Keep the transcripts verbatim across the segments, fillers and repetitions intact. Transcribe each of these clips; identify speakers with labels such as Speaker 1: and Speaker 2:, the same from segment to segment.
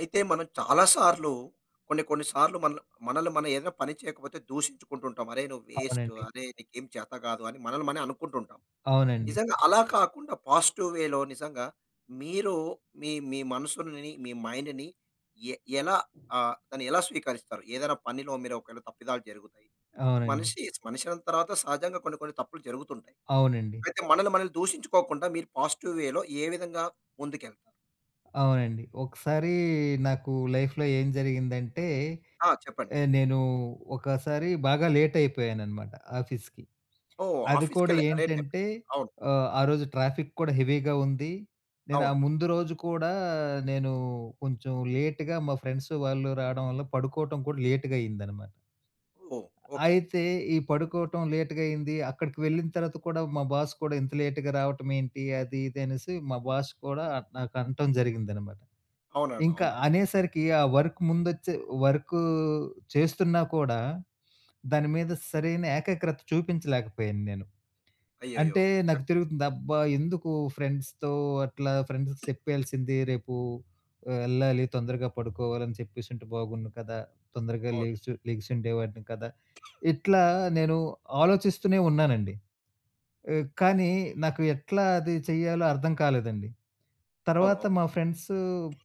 Speaker 1: అయితే మనం చాలా సార్లు కొన్ని కొన్ని సార్లు మన మనల్ని మనం ఏదైనా పని చేయకపోతే దూషించుకుంటుంటాం. అరే! నువ్వు వేస్ట్.
Speaker 2: అవునండి.
Speaker 1: అరే! నీకేం చేత కాదు అని మనల్ని మనం అనుకుంటుంటాం.
Speaker 2: అవునండి.
Speaker 1: నిజంగా అలా కాకుండా పాజిటివ్ వేలో నిజంగా మీరు మీ మీ మనసుని, మీ మైండ్‌ని ఎ ఎలా ఆహ్, దాన్ని ఎలా స్వీకరిస్తారు? ఏదైనా పనిలో మీరు ఒకవేళ తప్పిదాలు జరుగుతాయి. ఇప్పుడు
Speaker 2: అవునండి.
Speaker 1: మనిషి మనిషి అయిన తర్వాత సహజంగా కొన్ని కొన్ని తప్పులు జరుగుతుంటాయి.
Speaker 2: అవునండి.
Speaker 1: అయితే మనల్ని మనల్ని దూషించుకోకుండా మీరు పాజిటివ్ వేలో ఏ విధంగా ముందుకెళ్తారు?
Speaker 2: అవునండి. ఒకసారి నాకు లైఫ్‌లో ఏం జరిగిందంటే,
Speaker 1: ఆ! చెప్పండి.
Speaker 2: ఆహ్, నేను ఒకసారి బాగా లేట్ అయిపోయాననమాట ఆఫీస్‌కి.
Speaker 1: ఓహ్!
Speaker 2: అది కూడా
Speaker 1: ఆఫీస్‌కెళ్ళి అదే టైం.
Speaker 2: ఏంటంటే
Speaker 1: అవును.
Speaker 2: ఆహ్, ఆ రోజు ట్రాఫిక్ కూడా హెవీగా ఉంది. నేను ఆ
Speaker 1: అవును.
Speaker 2: ముందు రోజు కూడా నేను కొంచెం లేట్‌గా మా ఫ్రెండ్స్ వాళ్ళు రావడం వల్ల పడుకోవటం కూడా లేట్‌గా అయిందనమాట.
Speaker 1: ఓహ్! ఓకే.
Speaker 2: అయితే ఈ పడుకోవటం లేట్‌గా అయింది. అక్కడికి వెళ్ళిన తర్వాత కూడా మా బాస్ కూడా ఇంత లేట్‌గా రావటం ఏంటి? అది ఇది అనేసి మా బాస్ కూడా నాకు అనటం జరిగిందనమాట.
Speaker 1: అవునవును.
Speaker 2: ఇంకా
Speaker 1: అవునండి.
Speaker 2: అనేసరికి ఆ వర్క్ ముందొచ్చే వర్కు చేస్తున్నా కూడా దాని మీద సరైన ఏకాగ్రత చూపించలేకపోయాను నేను.
Speaker 1: అయ్యయ్యో!
Speaker 2: అంటే
Speaker 1: నిజంగా.
Speaker 2: నాకు తిరుగుతుంది. అబ్బా! ఎందుకు ఫ్రెండ్స్‌తో అట్లా ఫ్రెండ్స్‌కి చెప్పేయాల్సింది రేపు ఎళ్ళాలి, తొందరగా పడుకోవాలని చెప్పేసుంటే బాగున్ను కదా! తొందరగా
Speaker 1: అవును.
Speaker 2: లెగిసి లెగిసుండేవాడిని కదా! ఇట్లా నేను ఆలోచిస్తూనే ఉన్నానండి. ఆహ్, కానీ నాకు ఎట్లా అది చెయ్యాలో అర్థం కాలేదండి.
Speaker 1: అవును.
Speaker 2: తర్వాత
Speaker 1: అవును.
Speaker 2: మా ఫ్రెండ్స్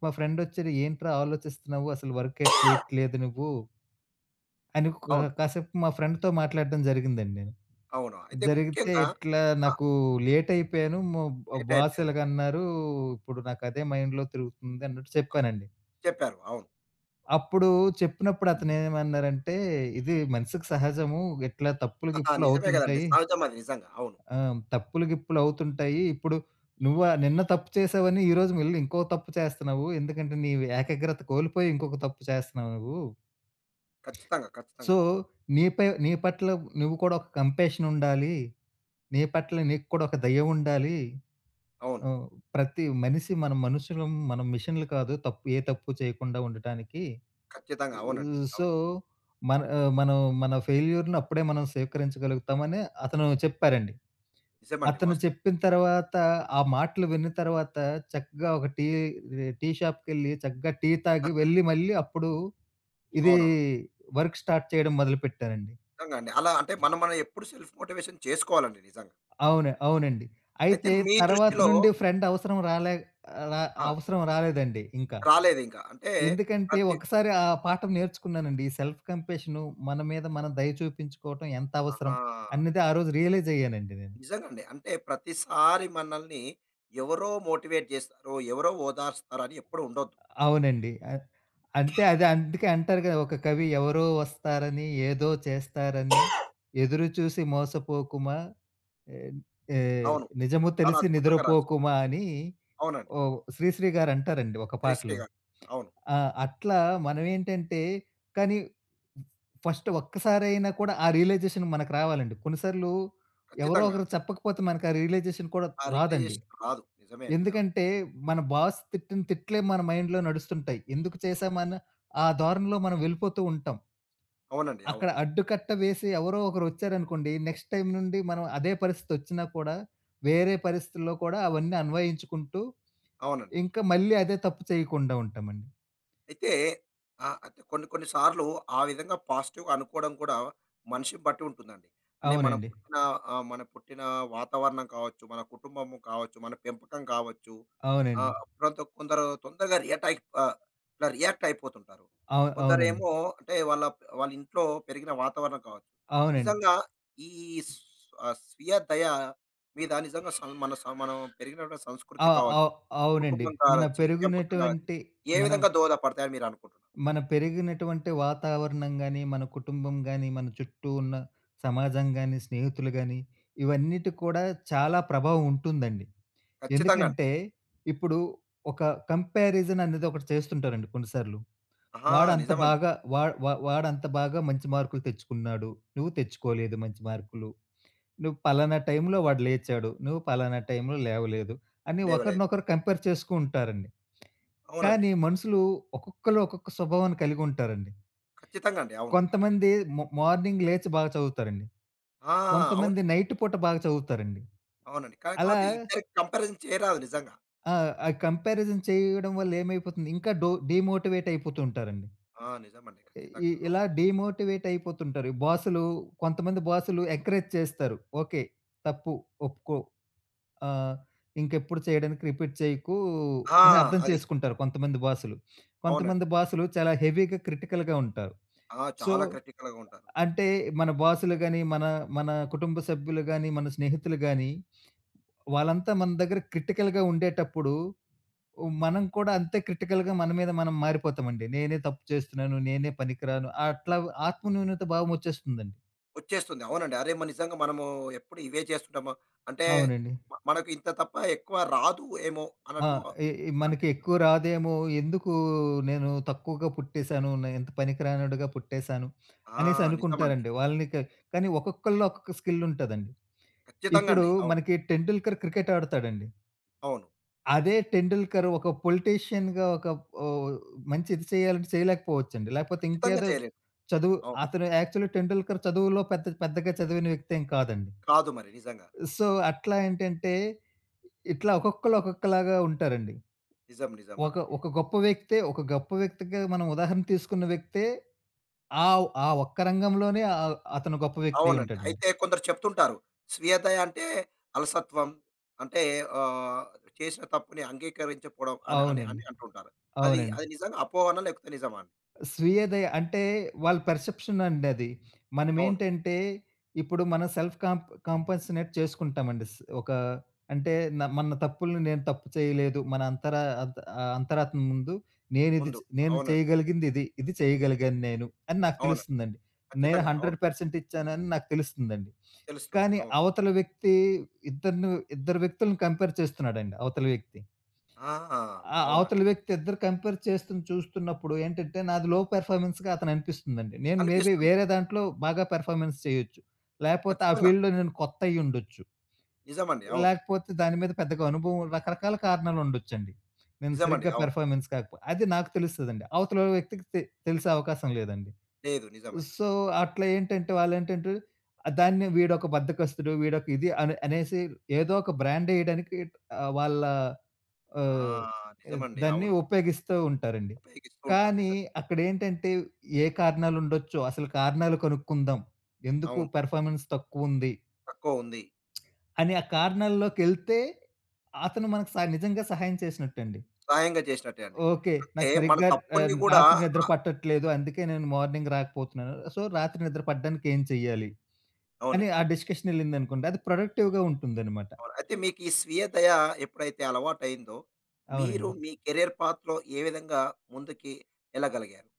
Speaker 2: మా ఫ్రెండొచ్చి "ఏంట్రా ఆలోచిస్తున్నావు? అసలు వర్క్ ఎట్ చేయట్లేదు నువ్వు" అని కా
Speaker 1: అవును.
Speaker 2: కాసేపు మా ఫ్రెండ్‌తో మాట్లాడడం జరిగిందండి నేను.
Speaker 1: అవును. అయితే
Speaker 2: జరిగితే
Speaker 1: ముఖ్యంగా
Speaker 2: ఇట్లా
Speaker 1: ఆ!
Speaker 2: నాకు లేటయిపోయాను. మో
Speaker 1: సెట్
Speaker 2: బాస్
Speaker 1: అయిపోయారు.
Speaker 2: ఇలాగన్నారు. ఇప్పుడు నాకదే మైండ్‌లో తిరుగుతుంది అన్నట్టు చెప్పానండి.
Speaker 1: చెప్పారు. అవును.
Speaker 2: అప్పుడు చెప్పినప్పుడు అతనేమన్నారంటే, "ఇది మనిషికి సహజము. ఇట్లా తప్పులు,
Speaker 1: ఆహా!
Speaker 2: గిప్పులు
Speaker 1: నిజమే గదండీ.
Speaker 2: అవుతుంటాయి.
Speaker 1: సహజం అది నిజంగా. అవును.
Speaker 2: ఆ! తప్పులు, గిప్పులు అవుతుంటాయి. ఇప్పుడు నువ్వు ఆహ్, నిన్న తప్పు చేశావని ఈరోజు మళ్ళీ ఇంకో తప్పు చేస్తున్నావు. ఎందుకంటే నీ ఏకాగ్రత కోల్పోయి ఇంకొక తప్పు చేస్తున్నావు నువ్వు.
Speaker 1: ఖచ్చితంగా. ఖచ్చితంగా
Speaker 2: సో,
Speaker 1: అండి.
Speaker 2: నీపై నీ పట్ల నువ్వు కూడా ఒక కంపాషన్ ఉండాలి. నీ పట్ల నీకు కూడా ఒక దయ ఉండాలి."
Speaker 1: అవును.
Speaker 2: ఓహ్! ప్రతి మనిషి మనం మనుషులం, మనం మిషన్‌లు కాదు. తప్పు ఏ తప్పు చేయకుండా ఉండటానికి.
Speaker 1: ఖచ్చితంగా. అవునండి.
Speaker 2: ఆహ్, సో,
Speaker 1: అవును.
Speaker 2: మన ఆహ్, మనం మన ఫెయిల్యూర్‌ని అప్పుడే మనం స్వీకరించగలుగుతామని అతను చెప్పారండి.
Speaker 1: నిజమండి
Speaker 2: అతను
Speaker 1: వాస్తవం.
Speaker 2: చెప్పిన తర్వాత, ఆ మాటలు విన్న తర్వాత చక్కగా ఒక టీ టీ షాప్‌కెళ్ళి చక్కగా టీ తాగి వెళ్ళి మళ్ళీ అప్పుడు ఇది
Speaker 1: అవునవును.
Speaker 2: వర్క్ స్టార్ట్ చేయడం మొదలుపెట్టారండి.
Speaker 1: నిజంగా అండి. అలా అంటే మనం మనం ఎప్పుడు సెల్ఫ్ మోటివేషన్ చేసుకోవాలండి నిజంగా.
Speaker 2: అవును. అవునండి.
Speaker 1: అయితే
Speaker 2: అయితే
Speaker 1: మీ
Speaker 2: తర్వాత
Speaker 1: దృష్టిలో
Speaker 2: నుండి ఫ్రెండ్ అవసరం రాలే రా
Speaker 1: ఆ!
Speaker 2: అవసరం రాలేదండి ఇంకా.
Speaker 1: రాలేదింకా. అంటే
Speaker 2: ఎందుకంటే
Speaker 1: ప్రతి
Speaker 2: ఒకసారి ఆ పాఠం నేర్చుకున్నానండి. ఈ సెల్ఫ్ కంపాషను మన మీద మనం దయ చూపించుకోవటం ఎంత అవసరం
Speaker 1: ఆహా!
Speaker 2: అన్నది ఆ రోజు రియలైజ్ అయ్యానండి నేను.
Speaker 1: నిజంగండి. అంటే ప్రతిసారి మనల్ని ఎవరో మోటివేట్ చేస్తారో, ఎవరో ఓదార్స్తారో అని ఎప్పుడు ఉండొద్దు.
Speaker 2: అవునండి. ఆహ్, అంటే అది అందుకే అంటారు కదా! ఒక కవి ఎవరో వస్తారని, ఏదో చేస్తారని, ఎదురు చూసి మోసపోకుమా ఆహ్, ఆహ్,
Speaker 1: అవును.
Speaker 2: నిజము
Speaker 1: చాలా
Speaker 2: తెలిసి
Speaker 1: అద్భుతంగా రాశారు.
Speaker 2: నిద్రపోకుమా అని
Speaker 1: అవునండి.
Speaker 2: ఓ శ్రీశ్రీ గారు అంటారండి ఒక
Speaker 1: 'శ్రీశ్రీ'
Speaker 2: పాటలో.
Speaker 1: గారు. అవును.
Speaker 2: ఆ! అట్లా మనమేంటంటే కానీ ఫస్ట్ ఒక్కసారైనా కూడా ఆ రియలైజేషన్ మనకు రావాలండి. కొన్ని సార్లు ఎవరో
Speaker 1: ఖచ్చితంగా.
Speaker 2: ఒకరు
Speaker 1: అండి.
Speaker 2: చెప్పకపోతే మనకు ఆ రియలైజేషన్ కూడా
Speaker 1: ఆ
Speaker 2: రాదండి.
Speaker 1: రియలైజేషన్ రాదు. నిజమే. నిజమండి.
Speaker 2: ఎందుకంటే మన బాస్ తిట్టిన తిట్లే మన మైండ్‌లో నడుస్తుంటాయి. ఎందుకు చేశామన్న ఆ ధోరణిలో మనం వెళ్ళిపోతూ ఉంటాం.
Speaker 1: అవునండి. అవును.
Speaker 2: అక్కడ అడ్డుకట్ట వేసి ఎవరో ఒకరు వచ్చారనుకోండి, నెక్స్ట్ టైమ్ నుండి మనం అదే పరిస్థితి వచ్చినా కూడా వేరే పరిస్థితుల్లో కూడా అవన్నీ అన్వయించుకుంటూ
Speaker 1: అవునండి.
Speaker 2: ఇంకా మళ్ళీ అదే తప్పు చేయకుండా ఉంటామండి.
Speaker 1: అయితే ఆహ్, అంటే కొన్ని కొన్ని సార్లు ఆ విధంగా పాజిటివ్‌గా అనుకోవడం కూడా మనిషిని బట్టి ఉంటుందండి. అంటే మనం
Speaker 2: అవునండి.
Speaker 1: పుట్టిన ఆహ్, మన పుట్టిన వాతావరణం కావచ్చు, మన కుటుంబం కావచ్చు, మన పెంపకం కావచ్చు.
Speaker 2: అవునండి.
Speaker 1: ఆహ్, కొంత కొందరు తొందరగా రియాక్ట్ అయి ఆహ్, ఇట్లా రియాక్ట్ అయిపోతుంటారు.
Speaker 2: అవు అవునండి.
Speaker 1: కొందరేమో అంటే వాళ్ళ వాళ్ళ ఇంట్లో పెరిగిన వాతావరణం కావచ్చు.
Speaker 2: అవునండి.
Speaker 1: నిజంగా ఈ స్ ఆహ్, స్వీయ దయ మీద నిజంగా సం మన సం మనం పెరిగినటువంటి
Speaker 2: ఆ!
Speaker 1: సంస్కృతి కావచ్చు,
Speaker 2: అవ్ అవునండి.
Speaker 1: కుటుంబం
Speaker 2: మన
Speaker 1: కావచ్చు, పెంపకం కావచ్చు.
Speaker 2: పెరిగినటువంటి
Speaker 1: ఏ
Speaker 2: మనం
Speaker 1: విధంగా దోహదపడతాయని మీరనుకుంటున్నారు?
Speaker 2: మన పెరిగినటువంటి వాతావరణం గాని, మన కుటుంబం గాని, మన చుట్టూ ఉన్న సమాజం గాని, స్నేహితులు గాని, ఇవన్నిటి కూడా చాలా ప్రభావం ఉంటుందండి.
Speaker 1: ఖచ్చితంగా అండి.
Speaker 2: ఎందుకంటే, ఇప్పుడు ఒక కంపారిజన్ అనేది ఒకటి చేస్తుంటారండి కొన్నిసార్లు.
Speaker 1: ఆ!
Speaker 2: వాడంత
Speaker 1: నిజమండి.
Speaker 2: బాగా వా వా వాడంత బాగా మంచి మార్కులు తెచ్చుకున్నాడు. నువ్వు తెచ్చుకోలేదు మంచి మార్కులు. నువ్వు పలానా టైంలో వాడు లేచాడు. నువ్వు పలానా టైంలో లేవలేదు. అని
Speaker 1: లేవు లేదు.
Speaker 2: ఒకరినొకరు కంపేర్ చేసుకుంటారండి.
Speaker 1: అవునండి.
Speaker 2: కానీ మనుషులు ఒక్కొక్కళ్ళు ఒక్కొక్క స్వభావాన్ని కలిగుంటారండి.
Speaker 1: ఖచ్చితంగా అండి. అవును.
Speaker 2: కొంతమంది మొ మార్నింగ్ లేచి బాగా చదువుతారండి.
Speaker 1: ఆ!
Speaker 2: కొంతమంది
Speaker 1: అవునండి.
Speaker 2: నైట్ పూట బాగా చదువుతారండి.
Speaker 1: అవునండి.
Speaker 2: అలా
Speaker 1: కాకపోతే ఇద్దరికి కంపారిజన్ చేయరాదు నిజంగా.
Speaker 2: ఆ! ఆ కంపారిజన్ చేయడం వల్ల ఏమైపోతుంది ఇంకా డో డీమోటివేట్ అయిపోతూ ఉంటారండి.
Speaker 1: ఆ! నిజమండి.
Speaker 2: ఇ
Speaker 1: ఖచ్చితంగా.
Speaker 2: ఇలా
Speaker 1: అవును.
Speaker 2: డీమోటివేట్ అయిపోతుంటారు. బాసులు కొంతమంది బాసులు ఎంకరేజ్ చేస్తారు. ఓకే. తప్పు ఒప్పుకో ఆహ్, ఇంకెప్పుడు చేయడానికి రిపీట్ చేయకు
Speaker 1: ఆ!
Speaker 2: అని అర్థం
Speaker 1: అది.
Speaker 2: చేసుకుంటారు కొంతమంది బాసులు.
Speaker 1: అవునండి.
Speaker 2: కొంతమంది బాసులు చాలా హెవీగా క్రిటికల్‌గా ఉంటారు.
Speaker 1: ఆ!
Speaker 2: సో,
Speaker 1: చాలా క్రిటికల్‌గా ఉంటారు.
Speaker 2: అంటే మన బాసులు గాని, మన మన కుటుంబ సభ్యులు గాని, మన స్నేహితులు గాని, వాళ్ళంతా మన దగ్గర క్రిటికల్‌గా ఉండేటప్పుడు మనం కూడా అంతే క్రిటికల్‌గా మన మీద మనం మారిపోతామండి. నేనే తప్పు చేస్తున్నాను, నేనే పనికిరాను అట్లా ఆత్మన్యూనత భావం వచ్చేస్తుందండి.
Speaker 1: వచ్చేస్తుంది. అవునండి. అరే! మ నిజంగా మనము ఎప్పుడు ఇవే చేస్తుంటామా? అంటే
Speaker 2: అవునండి.
Speaker 1: మ మనకు ఇంత తప్ప ఎక్కువ రాదు ఏమో
Speaker 2: ఆ!
Speaker 1: అన్నట్లు
Speaker 2: ఎ ఎ మనకి
Speaker 1: అనిపిస్తుంది.
Speaker 2: ఎక్కువ రాదేమో, ఎందుకు నేను తక్కువగా పుట్టేసాను, నేను ఎంత పనికిరానోడుగా పుట్టేసాను
Speaker 1: ఆ!
Speaker 2: అనేసి
Speaker 1: నిజమండి.
Speaker 2: అనుకుంటారండి. వాళ్ళని క కానీ ఒక్కొక్కళ్ళలో ఒక్కొక్క స్కిల్ ఉంటదండి.
Speaker 1: ఖచ్చితంగా
Speaker 2: ఇప్పుడు
Speaker 1: అండి. అవును.
Speaker 2: మనకి 'టెండూల్కర్' క్రికెట్ ఆడతాడండి.
Speaker 1: అవును.
Speaker 2: అదే 'టెండూల్కర్' ఒక పొలిటీషియన్‌గా ఒక ఓహ్, మంచి ఇది చేయాలంటే చేయలేకపోవచ్చండి. లేకపోతే
Speaker 1: ఖచ్చితంగా
Speaker 2: ఇంకేదో
Speaker 1: చేయలేరు.
Speaker 2: చదువు
Speaker 1: అవును.
Speaker 2: అతను యాక్చువల్లీ 'టెండూల్కర్' చదువులో పెద్ద పెద్దగా చదివిన వ్యక్తి ఏం కాదండి.
Speaker 1: కాదు మరి నిజంగా.
Speaker 2: సో, అట్లా ఏంటంటే, ఇట్లా ఒక్కొక్కళ్ళు ఒక్కొక్కలాగా ఉంటారండి.
Speaker 1: నిజం.
Speaker 2: ఒక
Speaker 1: నిజమండి.
Speaker 2: ఒక గొప్ప వ్యక్తే ఒక గొప్ప వ్యక్తిగా మనం ఉదాహరణ తీసుకున్న వ్యక్తే ఆ ఆ ఒక్క రంగంలోనే ఆహ్, అతను గొప్ప వ్యక్తి
Speaker 1: అవునండి.
Speaker 2: అయ్యుంటాడండి.
Speaker 1: అయితే కొందరు చెప్తుంటారు. స్వీయదయ అంటే అలసత్వం. అంటే ఆహ్, చేసిన తప్పుని అంగీకరించకపోవడం అని అని
Speaker 2: అవునండి.
Speaker 1: అని అంటుంటారు. అది
Speaker 2: అవునండి.
Speaker 1: అది నిజంగా అపోహనా? లేకపోతే నిజమా అండి?
Speaker 2: స్వీయ దయ అంటే వాళ్ళ పర్సెప్షన్ అండి అది.
Speaker 1: అవును.
Speaker 2: మనమేంటంటే ఇప్పుడు మనం సెల్ఫ్ కాంప్ కాంపన్సనేట్ చేసుకుంటామండి. స్ ఒక అంటే న మన తప్పుల్ని నేను తప్పు చేయలేదు. మన అంతర అంత్ ఆహ్, అంతరాత్మ ముందు నేనిది
Speaker 1: ముందు.
Speaker 2: చ్ నేను
Speaker 1: అవునండి.
Speaker 2: చేయగలిగింది ఇది. ఇది చేయగలిగాను నేను అని నాకు
Speaker 1: అవునండి.
Speaker 2: తెలుస్తుందండి. నేను
Speaker 1: ఖచ్చితంగా. అవును.
Speaker 2: వంద శాతం ఇచ్చానని నాకు తెలుస్తుందండి.
Speaker 1: తెలుస్తుంది.
Speaker 2: కానీ
Speaker 1: అవును.
Speaker 2: అవతల వ్యక్తి ఇద్దరిని ఇద్దరు వ్యక్తులను కంపేర్ చేస్తున్నాడండి అవతల వ్యక్తి.
Speaker 1: ఆ!
Speaker 2: ఆ!
Speaker 1: అవునండి.
Speaker 2: అవతలి వ్యక్తి ఇద్దరు కంపేర్ చేస్తున్న చూస్తున్నప్పుడు ఏంటంటే, నాది లో పెర్ఫార్మన్స్‌గా అతననిపిస్తుందండి. నేను మేబీ
Speaker 1: అనిపిస్తుంది.
Speaker 2: వేరే దాంట్లో బాగా పెర్ఫార్మన్స్ చేయొచ్చు. లేపోతే ఆ
Speaker 1: ఖచ్చితంగా.
Speaker 2: ఫీల్డ్‌లో నేను కొత్తయ్యుండొచ్చు.
Speaker 1: నిజమండి. అవును.
Speaker 2: లేకపోతే దాని మీద పెద్దగా అనుభవం రకరకాల కారణాలుండొచ్చండి. నేను
Speaker 1: నిజమండి.
Speaker 2: సరిగ్గా
Speaker 1: అవును.
Speaker 2: పెర్ఫార్మన్స్ కాకపో అది నాకు తెలుస్తదండి. అవతల వ్యక్తికి తె తెలిసే అవకాశం లేదండి.
Speaker 1: లేదు. నిజమే.
Speaker 2: సో, అట్లా ఏంటంటే, వాళ్ళేంటంటే దాన్ని వీడొక బద్ధకస్తుడు, వీడొక ఇది అని అనేసి ఏదో ఒక బ్రాండేయడానికి ఆహ్, వాళ్ళ ఆహ్,
Speaker 1: ఆ!
Speaker 2: ఎద్
Speaker 1: నిజమండి.
Speaker 2: దాన్ని
Speaker 1: అవును.
Speaker 2: ఉపయోగిస్తూ ఉంటారండి.
Speaker 1: ఉపయోగిస్తూ ఉంటారు.
Speaker 2: కానీ
Speaker 1: నిజం.
Speaker 2: అక్కడేంటంటే ఏ కారణాలుండొచ్చో, అసలు కారణాలు కనుక్కుందాం. ఎందుకు
Speaker 1: అవును.
Speaker 2: పెర్ఫార్మెన్స్ తక్కువుంది
Speaker 1: తక్కువ ఉంది.
Speaker 2: అని ఆ కారణాల్లోకెళ్తే అతను మనకు స నిజంగా సహాయం చేసినట్టండి.
Speaker 1: సహాయంగా చేసినట్టే అండి.
Speaker 2: ఓకే.
Speaker 1: అంటే
Speaker 2: నాకు
Speaker 1: మన
Speaker 2: సరిగ్గా
Speaker 1: తప్పుల్ని
Speaker 2: ఆహ్,
Speaker 1: కూడా
Speaker 2: రాత్రి నిద్ర
Speaker 1: ఆహ్,
Speaker 2: పట్టట్లేదు. అందుకే నేను మార్నింగ్ రాకపోతున్నాను. సో, రాత్రి నిద్ర పడడానికి ఏం చెయ్యాలి అని ఆ
Speaker 1: అవునండి.
Speaker 2: డిస్కషన్ ఎళ్ళిందనుకోండి. అది ప్రొడక్టివ్‌గా ఉంటుందనమాట.
Speaker 1: అవును. అయితే మీకు ఈ స్వీయ దయ ఎప్పుడైతే అలవాటయిందో, మీరు
Speaker 2: అవునండి.
Speaker 1: మీ కెరియర్ పాత్‌లో ఏ విధంగా ముందుకి ఎళ్ళగలిగారు?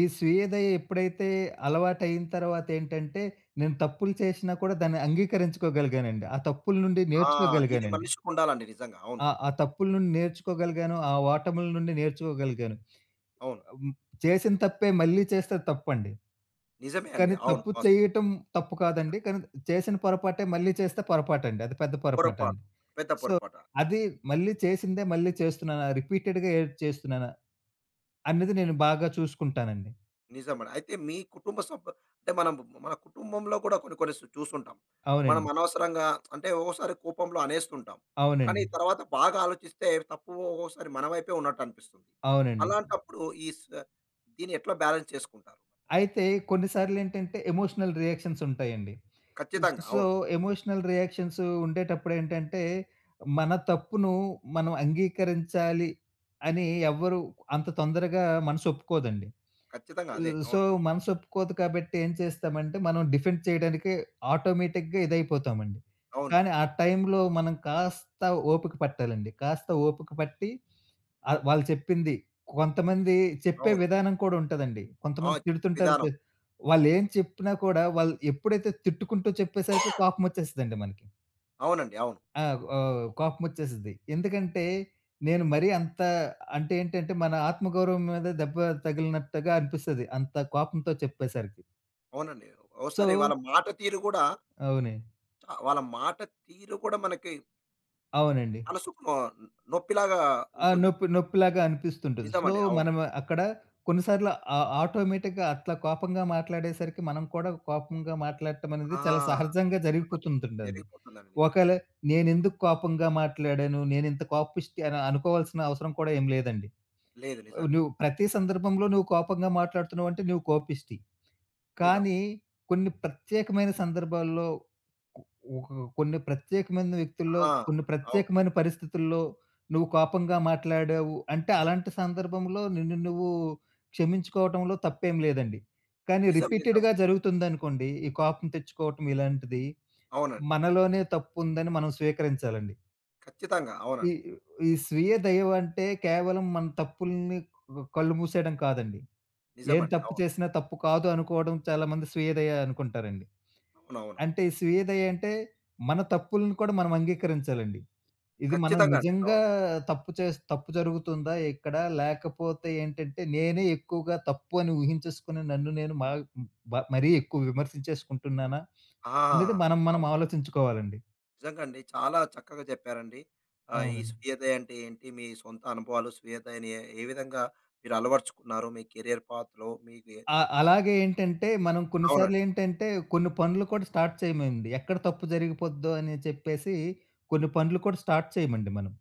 Speaker 2: ఈ స్వీయదయ ఎప్పుడైతే అలవాటయిన తర్వాతేంటంటే, నేను తప్పులు చేసినా కూడా దాన్ని అంగీకరించుకోగలిగానండి. ఆ తప్పుల నుండి
Speaker 1: ఆ! ఇది
Speaker 2: నేర్చుకోగలిగానండి.
Speaker 1: మనిషికుండాలండి నిజంగా. అవును.
Speaker 2: ఆ ఆ తప్పుల నుండి నేర్చుకోగలిగాను. ఆ ఓటముల నుండి నేర్చుకోగలిగాను.
Speaker 1: అవును.
Speaker 2: హ్మ్. చేసిన తప్పే మళ్ళీ చేస్తే తప్పండి.
Speaker 1: నిజమే అండి.
Speaker 2: కానీ
Speaker 1: అవును
Speaker 2: తప్పు
Speaker 1: వాస్తవం.
Speaker 2: చేయటం తప్పు కాదండి. కానీ చేసిన పొరపాటే మళ్ళీ చేస్తే పొరపాటండి. అది పెద్ద
Speaker 1: పొరపాటు.
Speaker 2: పొరపాటండి.
Speaker 1: పెద్ద
Speaker 2: సో,
Speaker 1: పొరపాటు.
Speaker 2: అది మళ్ళీ చేసిందే మళ్ళీ చేస్తున్నానా? రిపీటెడ్‌గా ఏది చేస్తున్నానా? అన్నది నేను బాగా చూసుకుంటానండి.
Speaker 1: నిజమండి. అయితే మీ కుటుంబ సభ్యు, అంటే మనం మన కుటుంబంలో కూడా కొన్ని కొన్ని సు చూస్తుంటాం. మనం
Speaker 2: అవునండి.
Speaker 1: అనవసరంగా అంటే ఒక్కోసారి కోపంలో అనేస్తుంటాం. కానీ
Speaker 2: అవునండి.
Speaker 1: తర్వాత బాగా ఆలోచిస్తే తప్పు ఒక్కోసారి మన వైపే ఉన్నట్టు అనిపిస్తుంది.
Speaker 2: అవునండి.
Speaker 1: అలాంటప్పుడు ఈ స్ దీన్ని ఎట్లా బ్యాలెన్స్ చేసుకుంటారు?
Speaker 2: అయితే కొన్నిసార్లేంటంటే ఎమోషనల్ రియాక్షన్స్ ఉంటాయండి.
Speaker 1: ఖచ్చితంగా.
Speaker 2: సో,
Speaker 1: అవును.
Speaker 2: ఎమోషనల్ రియాక్షన్స్ ఉండేటప్పుడేంటంటే, మన తప్పును మనం అంగీకరించాలి అని ఎవ్వరు అంత తొందరగా మనసొప్పుకోదండి.
Speaker 1: ఖచ్చితంగా అదే.
Speaker 2: హ్మ్. సో,
Speaker 1: అవును.
Speaker 2: మనసు ఒప్పుకోదు కాబట్టి ఏం చేస్తామంటే, మనం డిఫెండ్ చేయడానికి ఆటోమేటిక్‌గా ఇదైపోతామండి.
Speaker 1: అవును.
Speaker 2: కానీ ఆ టైంలో మనం కాస్త ఓపిక పట్టాలండి. కాస్త ఓపిక పట్టి ఆహ్, వాళ్ళు చెప్పింది కొంతమంది చెప్పే
Speaker 1: అవును.
Speaker 2: విధానం కూడా ఉంటదండి.
Speaker 1: ఆ!
Speaker 2: కొంతమంది
Speaker 1: చెప్పే
Speaker 2: తిడుతుంటారు.
Speaker 1: విధానం.
Speaker 2: చె వాళ్ళేం చెప్పినా కూడా వాళ్ళు ఎప్పుడైతే తిట్టుకుంటూ చెప్పేసరికి కోపమొచ్చేస్తదండి మనకి.
Speaker 1: అవునండి. అవును.
Speaker 2: ఆ! ఆహ్, కోపమొచ్చేసిద్ది. ఎందుకంటే నేను మరీ అంత అంటే ఏంటంటే మన ఆత్మగౌరవం మీద దెబ్బ తగిలినట్టుగా అనిపిస్తది. అంత కోపంతో చెప్పేసరికి.
Speaker 1: అవునండి.
Speaker 2: సో
Speaker 1: ఒక్కోసారి వాళ్ళ మాట తీరు కూడా
Speaker 2: అవును.
Speaker 1: చ వాళ్ళ మాట తీరు కూడా మనకి
Speaker 2: అవునండి.
Speaker 1: మనసుకు నొ నొప్పిలాగా
Speaker 2: ఆ!
Speaker 1: ఉంటుందండి.
Speaker 2: నొప్పి నొప్పిలాగా అనిపిస్తుంటది. సో
Speaker 1: నిజమండి. అవును.
Speaker 2: మనం అక్కడ కొన్నిసార్లు ఆ ఆటోమేటిక్‌గా అట్లా కోపంగా మాట్లాడేసరికి మనం కూడా కోపంగా మాట్లాడటం అనేది
Speaker 1: ఆ!
Speaker 2: చాలా సహజంగా
Speaker 1: నిజమండి.
Speaker 2: జరిగిపోతుంటుంటది.
Speaker 1: జరిగిపోతుందండి నిజంగా.
Speaker 2: ఒకవేళ నేనెందుకు కోపంగా మాట్లాడాను, నేనింత కోపిష్టి అని అనుకోవాల్సిన అవసరం కూడా ఏం లేదండి.
Speaker 1: లేదు నిజంగా.
Speaker 2: నువ్వు ప్రతి సందర్భంలో నువ్వు కోపంగా మాట్లాడుతున్నావు అంటే నువ్వు కోపిష్టి.
Speaker 1: నిజం.
Speaker 2: కానీ కొన్ని ప్రత్యేకమైన సందర్భాల్లో కొ ఒక కొన్ని ప్రత్యేకమైన వ్యక్తుల్లో,
Speaker 1: ఆ!
Speaker 2: కొన్ని
Speaker 1: అవును.
Speaker 2: ప్రత్యేకమైన పరిస్థితుల్లో నువ్వు కోపంగా మాట్లాడావు అంటే అలాంటి సందర్భంలో నిన్ను నువ్వు క్షమించుకోవటంలో తప్పేం లేదండి. కానీ
Speaker 1: నిజం, నిజం.
Speaker 2: రిపీటెడ్‌గా జరుగుతుందనుకోండి ఈ కోపం తెచ్చుకోవటం ఇలాంటిది
Speaker 1: అవునండి.
Speaker 2: మనలోనే తప్పుందని మనం స్వీకరించాలండి.
Speaker 1: ఖచ్చితంగా.
Speaker 2: ఈ
Speaker 1: అవునండి.
Speaker 2: ఈ స్వీయ దయవంటే కేవలం మన తప్పుల్ని కళ్ళు మూసేయడం కాదండి. ఏం
Speaker 1: నిజమండి.
Speaker 2: తప్పు
Speaker 1: అవును.
Speaker 2: చేసినా తప్పు కాదు అనుకోవడం చాలా మంది స్వీయదయ అనుకుంటారండి.
Speaker 1: అవునవునవును.
Speaker 2: అంటే ఈ స్వీయదయ అంటే మన తప్పులను కూడా మనం అంగీకరించాలండి. ఇది మనం
Speaker 1: ఖచ్చితంగా అండి.
Speaker 2: నిజంగా
Speaker 1: అవును.
Speaker 2: తప్పు చేస్ తప్పు జరుగుతుందా ఇక్కడ? లేకపోతే ఏంటంటే నేనే ఎక్కువగా తప్పు అని ఊహించేసుకొని నన్ను నేను మా బ మరీ ఎక్కువ విమర్శించేసుకుంటున్నానా?
Speaker 1: ఆ!
Speaker 2: అనేది మనం మనం
Speaker 1: అవును.
Speaker 2: ఆలోచించుకోవాలండి.
Speaker 1: నిజంగా అండి. చాలా చక్కగా చెప్పారండి. ఆహ్, ఈ
Speaker 2: అవునండి.
Speaker 1: స్వీయత అంటే ఏంటి? మీ సొంత అనుభవాలు స్వీయతని ఏ ఏ విధంగా మీరు అలవరుచుకున్నారు? మీ కెరియర్ పాత్‌లో మీకు ఏ
Speaker 2: అ అలాగే ఏంటంటే మనం కొన్ని సార్లు
Speaker 1: అవునండి.
Speaker 2: ఏంటంటే కొన్ని పనులు కూడా స్టార్ట్ చేయమండి. ఎక్కడ తప్పు జరిగిపోద్దో అని చెప్పేసి కొన్ని పనులు కూడా స్టార్ట్ చేయమండి మనం.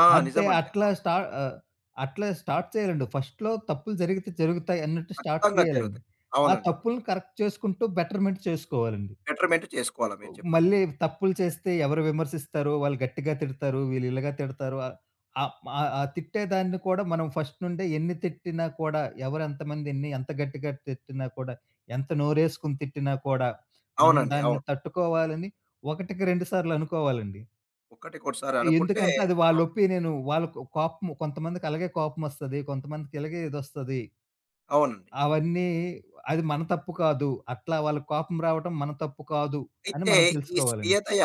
Speaker 1: ఆ!
Speaker 2: అంటే
Speaker 1: నిజమండి.
Speaker 2: అట్లా స్టా ఆహ్, అట్లా స్టార్ట్ చేయాలండి. ఫస్ట్‌లో తప్పులు జరిగితే జరుగుతాయి అన్నట్టు స్టార్ట్
Speaker 1: ఖచ్చితంగా
Speaker 2: చేయాలండి.
Speaker 1: జరుగుతాయి.
Speaker 2: ఆ
Speaker 1: అవునండి.
Speaker 2: తప్పులను కరెక్ట్ చేసుకుంటూ బెటర్‌మెంట్ చేసుకోవాలండి.
Speaker 1: బెటర్‌మెంట్ చేసుకోవాలా మీరు చెప్పినట్టు.
Speaker 2: మళ్ళీ తప్పులు చేస్తే ఎవరు విమర్శిస్తారో, వాళ్ళు గట్టిగా తిడతారు, వీళ్ళు ఇలాగా తిడతారు. ఆహ్, ఆహ్, ఆహ్, ఆ తిట్టేదాన్ని కూడా మనం ఫస్ట్ నుండే ఎన్ని తిట్టినా కూడా, ఎవరు ఎంతమంది ఎన్ని ఎంత గట్టిగా తిట్టినా కూడా, ఎంత నోరేసుకొని తిట్టినా కూడా, మనం
Speaker 1: అవునండి. అవును.
Speaker 2: దాన్ని తట్టుకోవాలని ఒకటికి రెండు సార్లు అనుకోవాలండి.
Speaker 1: ఒకటికోటిసారి అనుకుంటే
Speaker 2: ఎందుకంటే అది వాళ్ళ
Speaker 1: అవును.
Speaker 2: ఒపీనియను. వాళ్ళకు కోపం కొంతమందికి అలాగే కోపమొస్తది. కొంతమందికి ఇలాగే ఇదొస్తది.
Speaker 1: అవునండి.
Speaker 2: అవన్నీ అది మన తప్పు కాదు. అట్లా వాళ్ళకి కోపం రావటం మన తప్పు కాదు అని
Speaker 1: అయితే
Speaker 2: మనం
Speaker 1: ఈ
Speaker 2: తెలుసుకోవాలండి.
Speaker 1: స్వీయతయ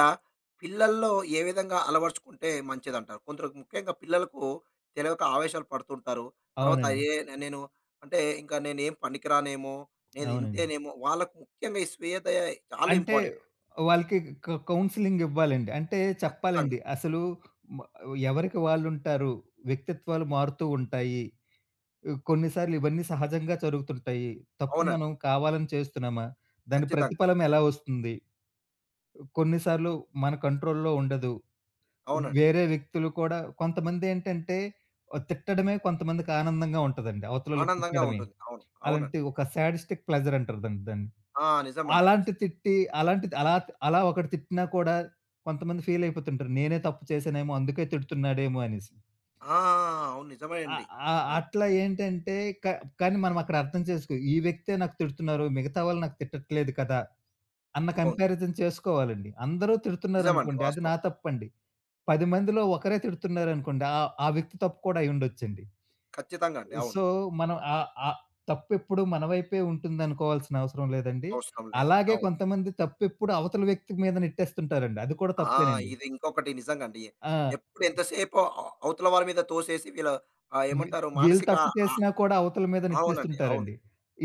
Speaker 1: పిల్లల్లో ఏ విధంగా అలవరుచుకుంటే మంచిదంటారు? కొందరు ముఖ్యంగా పిల్లలకు తెలియక ఆవేశాలు పడుతుంటారు. తర్వాత
Speaker 2: అవునండి.
Speaker 1: ఏ నేను అంటే ఇంకా నేనేం పనికిరానేమో, నేను
Speaker 2: అవునండి.
Speaker 1: ఇంతేనేమో, వాళ్ళకు ముఖ్యంగా ఈ స్వీయతయ చాలా
Speaker 2: అంటే
Speaker 1: ఇంపార్టెంట్.
Speaker 2: వాళ్ళకి క కౌన్సెలింగ్ ఇవ్వాలండి. అంటే
Speaker 1: ఖచ్చితంగా.
Speaker 2: చెప్పాలండి. అసలు మ ఎవరికి వాళ్ళుంటారు. వ్యక్తిత్వాలు మారుతూ ఉంటాయి. కొన్ని సార్లు ఇవన్నీ సహజంగా జరుగుతుంటాయి. తప్పు
Speaker 1: అవునండి.
Speaker 2: మనం కావాలని చేస్తున్నామా? దాని
Speaker 1: ఖచ్చితంగా.
Speaker 2: ప్రతిఫలం ఎలా వస్తుంది? కొన్ని సార్లు మన కంట్రోల్‌లో ఉండదు.
Speaker 1: అవునండి.
Speaker 2: వేరే వ్యక్తులు కూడా కొంతమందేంటంటే ఆహ్, తిట్టడమే కొంతమందికి ఆనందంగా ఉంటదండి. అవతలోళ్ళకి
Speaker 1: ఆనందంగా
Speaker 2: తిట్టడమే.
Speaker 1: ఉంటుంది. అవును.
Speaker 2: అలాంటి
Speaker 1: అవునండి.
Speaker 2: ఒక సాడిస్టిక్ ప్లెజర్ అంటారు దాన్ని దాన్ని.
Speaker 1: ఆ! నిజమండి. ఖచ్చి
Speaker 2: అలాంటి తిట్టి అలాంటిది అలా అలా ఒకడు తిట్టినా కూడా కొంతమంది ఫీల్ అయిపోతుంటారు. నేనే తప్పు చేశానేమో అందుకే తిడుతున్నాడేమో అనేసి.
Speaker 1: ఆ! అవును. నిజమే
Speaker 2: అ
Speaker 1: అండి.
Speaker 2: అ
Speaker 1: నిజంగా.
Speaker 2: అట్లా ఏంటంటే క కానీ మనం అక్కడ అర్థం చేసుకో ఈ వ్యక్తే నాకు తిడుతున్నారు. మిగతా వాళ్ళు నాకు తిట్టట్లేదు కదా! అన్న
Speaker 1: అవును.
Speaker 2: కంపారిజన్ చేసుకోవాలండి. అందరూ
Speaker 1: నిజమండి.
Speaker 2: తిడుతున్నారనుకోండి అది నా
Speaker 1: వాస్తవం.
Speaker 2: తప్పండి. పది మందిలో ఒకరే తిడుతున్నారనుకోండి. ఆ ఆ వ్యక్తి తప్పు కూడా అయ్యుండొచ్చండి.
Speaker 1: ఖచ్చితంగా అండి. అవును.
Speaker 2: సో, మనం ఆహ్, ఆహ్, తప్పెప్పుడు మన వైపే ఉంటుందనుకోవాల్సిన అవసరం లేదండి.
Speaker 1: అవసరం లేదండి.
Speaker 2: అలాగే
Speaker 1: అవును.
Speaker 2: కొంతమంది తప్పెప్పుడు అవతల వ్యక్తి మీద నెట్టేస్తుంటారండి. అది కూడా
Speaker 1: ఆ!
Speaker 2: తప్పేనండి.
Speaker 1: ఇది ఇంకొకటి నిజంగా అండి.
Speaker 2: ఆ!
Speaker 1: ఎప్పుడు ఎంతసేపు అ అవతల వారి మీద తోసేసి వీళ్ళ ఆహ్,
Speaker 2: వీ
Speaker 1: ఏమంటారు
Speaker 2: వీళ్ళు
Speaker 1: మానసిక
Speaker 2: తప్పు
Speaker 1: ఆ
Speaker 2: చేసినా కూడా అవతల మీద
Speaker 1: అవునండి. అవును.
Speaker 2: నెట్టేస్తుంటారండి.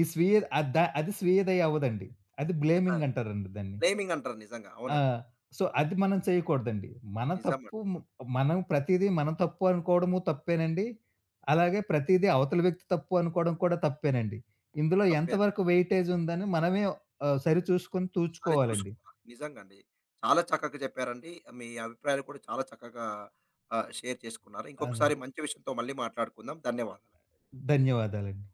Speaker 2: ఈ స్వీయ అద్ ద అది స్వీయదయ అవ్వదండి. అది బ్లేమింగ్ అంటారండి దాన్ని.
Speaker 1: బ్లేమింగ్ అంటారు నిజంగా.
Speaker 2: ఆ!
Speaker 1: అవునండి.
Speaker 2: సో, అది మనం చేయకూడదండి. మన తప్పు
Speaker 1: నిజమండి.
Speaker 2: మ్ మనం ప్రతీదీ మనం తప్పు అనుకోవడము తప్పేనండి. అలాగే ప్రతీదీ అవతల వ్యక్తి తప్పు అనుకోవడం కూడా తప్పేనండి. ఇందులో
Speaker 1: తప్పే.
Speaker 2: ఎంతవరకు వెయిటేజ్ ఉందని మనమే ఆహ్, సరిచూసుకొని
Speaker 1: సరి
Speaker 2: తూచుకోవాలండి.
Speaker 1: చూసుకోవాలి. నిజంగా అండి. చాలా చక్కగా చెప్పారండి. మీ అభిప్రాయాలు కూడా చాలా చక్కగా ఆహ్, షేర్ చేసుకున్నారు. ఇంకొకసారి
Speaker 2: అవునండి.
Speaker 1: మంచి విషయంతో మళ్ళీ మాట్లాడుకుందాం. ధన్యవాదాలు.
Speaker 2: ధన్యవాదాలండి.